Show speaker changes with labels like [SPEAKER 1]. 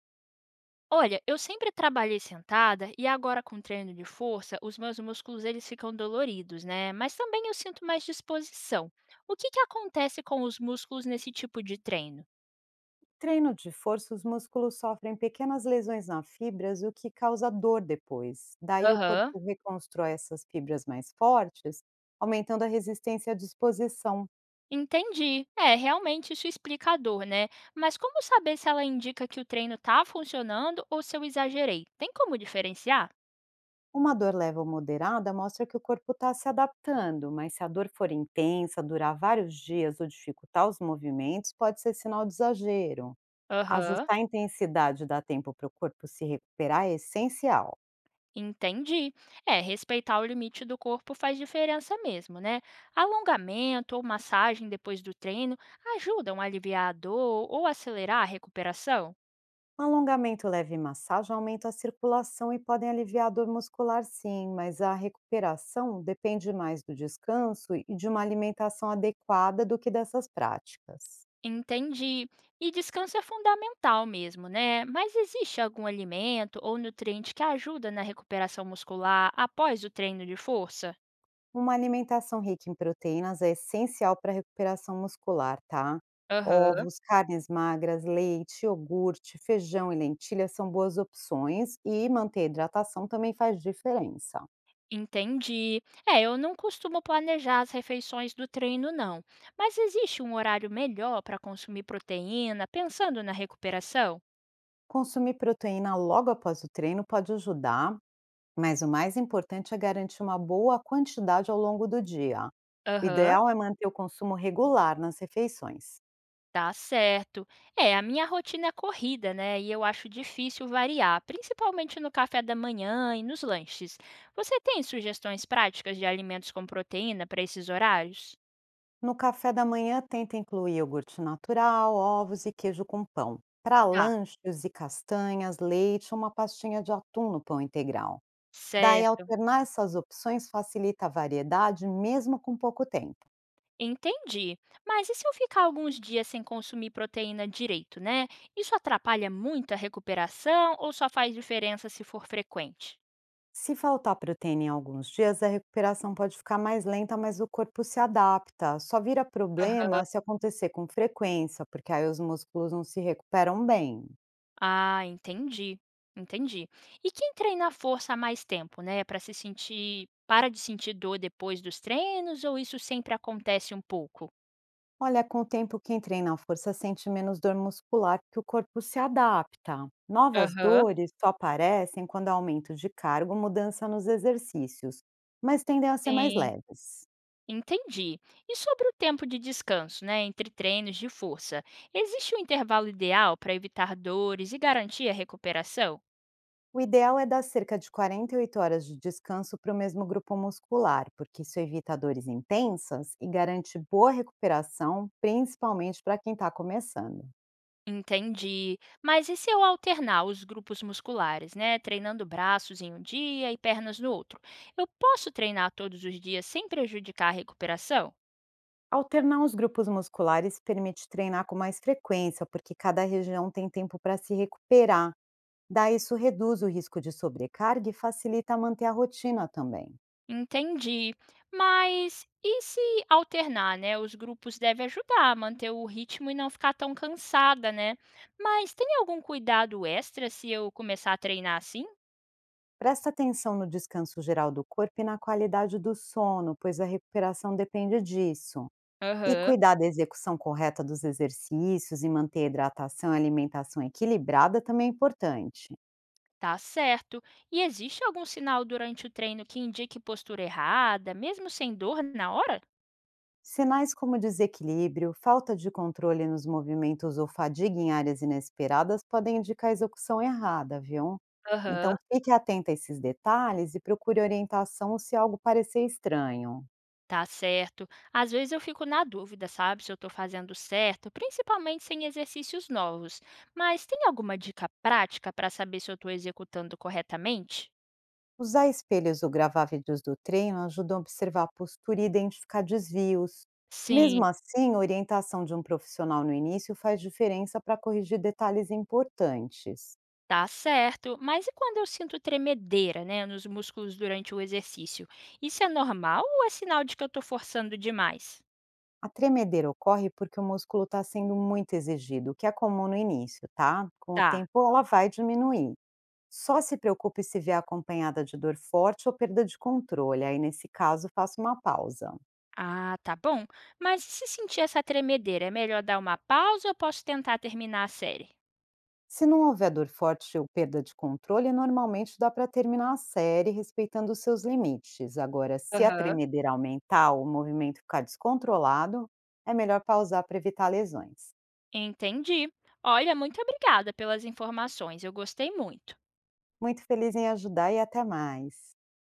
[SPEAKER 1] Olha, eu sempre trabalhei sentada e agora com treino de força, os meus músculos eles ficam doloridos, né? Mas também eu sinto mais disposição. O que acontece com os músculos nesse tipo de treino?
[SPEAKER 2] Treino de força, os músculos sofrem pequenas lesões na fibras, o que causa dor depois. Daí o
[SPEAKER 1] Aham.
[SPEAKER 2] corpo reconstrói essas fibras mais fortes, aumentando a resistência à disposição.
[SPEAKER 1] Entendi. É, realmente isso explica a dor, né? Mas como saber se ela indica que o treino tá funcionando ou se eu exagerei? Tem como diferenciar?
[SPEAKER 2] Uma dor leve ou moderada mostra que o corpo está se adaptando, mas se a dor for intensa, durar vários dias ou dificultar os movimentos, pode ser sinal de exagero.
[SPEAKER 1] Aham.
[SPEAKER 2] Ajustar a intensidade e dar tempo para o corpo se recuperar é essencial.
[SPEAKER 1] Entendi. É, respeitar o limite do corpo faz diferença mesmo, né? Alongamento ou massagem depois do treino ajudam a aliviar a dor ou acelerar a recuperação?
[SPEAKER 2] Um alongamento leve e massagem aumentam a circulação e podem aliviar a dor muscular, sim, mas a recuperação depende mais do descanso e de uma alimentação adequada do que dessas práticas.
[SPEAKER 1] Entendi. E descanso é fundamental mesmo, né? Mas existe algum alimento ou nutriente que ajuda na recuperação muscular após o treino de força?
[SPEAKER 2] Uma alimentação rica em proteínas é essencial para a recuperação muscular, tá?
[SPEAKER 1] Aham.
[SPEAKER 2] Ovos, carnes magras, leite, iogurte, feijão e lentilha são boas opções e manter a hidratação também faz diferença.
[SPEAKER 1] Entendi. É, eu não costumo planejar as refeições do treino, não. Mas existe um horário melhor para consumir proteína, pensando na recuperação?
[SPEAKER 2] Consumir proteína logo após o treino pode ajudar, mas o mais importante é garantir uma boa quantidade ao longo do dia. O
[SPEAKER 1] Aham,
[SPEAKER 2] ideal é manter o consumo regular nas refeições.
[SPEAKER 1] tá certo. É, a minha rotina é corrida, né? E eu acho difícil variar, principalmente no café da manhã e nos lanches. Você tem sugestões práticas de alimentos com proteína para esses horários?
[SPEAKER 2] No café da manhã, tenta incluir iogurte natural, ovos e queijo com pão. Para
[SPEAKER 1] Tá,
[SPEAKER 2] lanches e castanhas, leite ou uma pastinha de atum no pão integral. Daí,
[SPEAKER 1] certo.
[SPEAKER 2] alternar essas opções facilita a variedade, mesmo com pouco tempo.
[SPEAKER 1] Entendi. Mas e se eu ficar alguns dias sem consumir proteína direito, né? Isso atrapalha muito a recuperação ou só faz diferença se for frequente?
[SPEAKER 2] Se faltar proteína em alguns dias, a recuperação pode ficar mais lenta, mas o corpo se adapta. Só vira
[SPEAKER 1] Aham.
[SPEAKER 2] problema se acontecer com frequência, porque aí os músculos não se recuperam bem.
[SPEAKER 1] Ah, entendi. Entendi. E quem treina a força há mais tempo, né, para se sentir, para de sentir dor depois dos treinos ou isso sempre acontece um pouco?
[SPEAKER 2] Olha, com o tempo quem treina a força sente menos dor muscular, porque o corpo se adapta. Novas
[SPEAKER 1] Aham.
[SPEAKER 2] dores só aparecem quando há aumento de cargo, mudança nos exercícios, mas tendem a ser mais
[SPEAKER 1] Sim,
[SPEAKER 2] leves.
[SPEAKER 1] entendi. E sobre o tempo de descanso, né, entre treinos de força? Existe um intervalo ideal para evitar dores e garantir a recuperação?
[SPEAKER 2] O ideal é dar cerca de 48 horas de descanso para o mesmo grupo muscular, porque isso evita dores intensas e garante boa recuperação, principalmente para quem está começando.
[SPEAKER 1] Entendi. Mas e se eu alternar os grupos musculares, né? Treinando braços em um dia e pernas no outro? Eu posso treinar todos os dias sem prejudicar a recuperação?
[SPEAKER 2] Alternar os grupos musculares permite treinar com mais frequência, porque cada região tem tempo para se recuperar. Daí isso reduz o risco de sobrecarga e facilita manter a rotina também.
[SPEAKER 1] Entendi. Mas e se alternar, né? Os grupos devem ajudar a manter o ritmo e não ficar tão cansada, né? Mas tem algum cuidado extra se eu começar a treinar assim?
[SPEAKER 2] Presta atenção no descanso geral do corpo e na qualidade do sono, pois a recuperação depende disso. E
[SPEAKER 1] Aham,
[SPEAKER 2] cuidar da execução correta dos exercícios e manter a hidratação e alimentação equilibrada também é importante.
[SPEAKER 1] tá certo. E existe algum sinal durante o treino que indique postura errada, mesmo sem dor na hora?
[SPEAKER 2] Sinais como desequilíbrio, falta de controle nos movimentos ou fadiga em áreas inesperadas podem indicar a execução errada, viu?
[SPEAKER 1] Aham,
[SPEAKER 2] Então fique atento a esses detalhes e procure orientação se algo parecer estranho.
[SPEAKER 1] tá certo. Às vezes eu fico na dúvida, sabe, se eu tô fazendo certo, principalmente sem exercícios novos. Mas tem alguma dica prática para saber se eu tô executando corretamente?
[SPEAKER 2] Usar espelhos ou gravar vídeos do treino ajuda a observar a postura e identificar desvios.
[SPEAKER 1] Sim,
[SPEAKER 2] Mesmo assim, a orientação de um profissional no início faz diferença para corrigir detalhes importantes.
[SPEAKER 1] tá certo. Mas e quando eu sinto tremedeira, né, nos músculos durante o exercício? Isso é normal ou é sinal de que eu tô forçando demais?
[SPEAKER 2] A tremedeira ocorre porque o músculo está sendo muito exigido, o que é comum no início, tá? Com o
[SPEAKER 1] Tá.
[SPEAKER 2] tempo, ela vai diminuir. Só se preocupe se vier acompanhada de dor forte ou perda de controle, aí nesse caso, faça uma pausa.
[SPEAKER 1] Ah, tá bom. Mas e se sentir essa tremedeira, é melhor dar uma pausa ou eu posso tentar terminar a série?
[SPEAKER 2] Se não houver dor forte ou perda de controle, normalmente dá para terminar a série respeitando os seus limites. Agora, se a
[SPEAKER 1] Aham.
[SPEAKER 2] tremedeira aumentar ou o movimento ficar descontrolado, é melhor pausar para evitar lesões.
[SPEAKER 1] Entendi. Olha, muito obrigada pelas informações. Eu gostei muito.
[SPEAKER 2] Muito feliz em ajudar e até mais.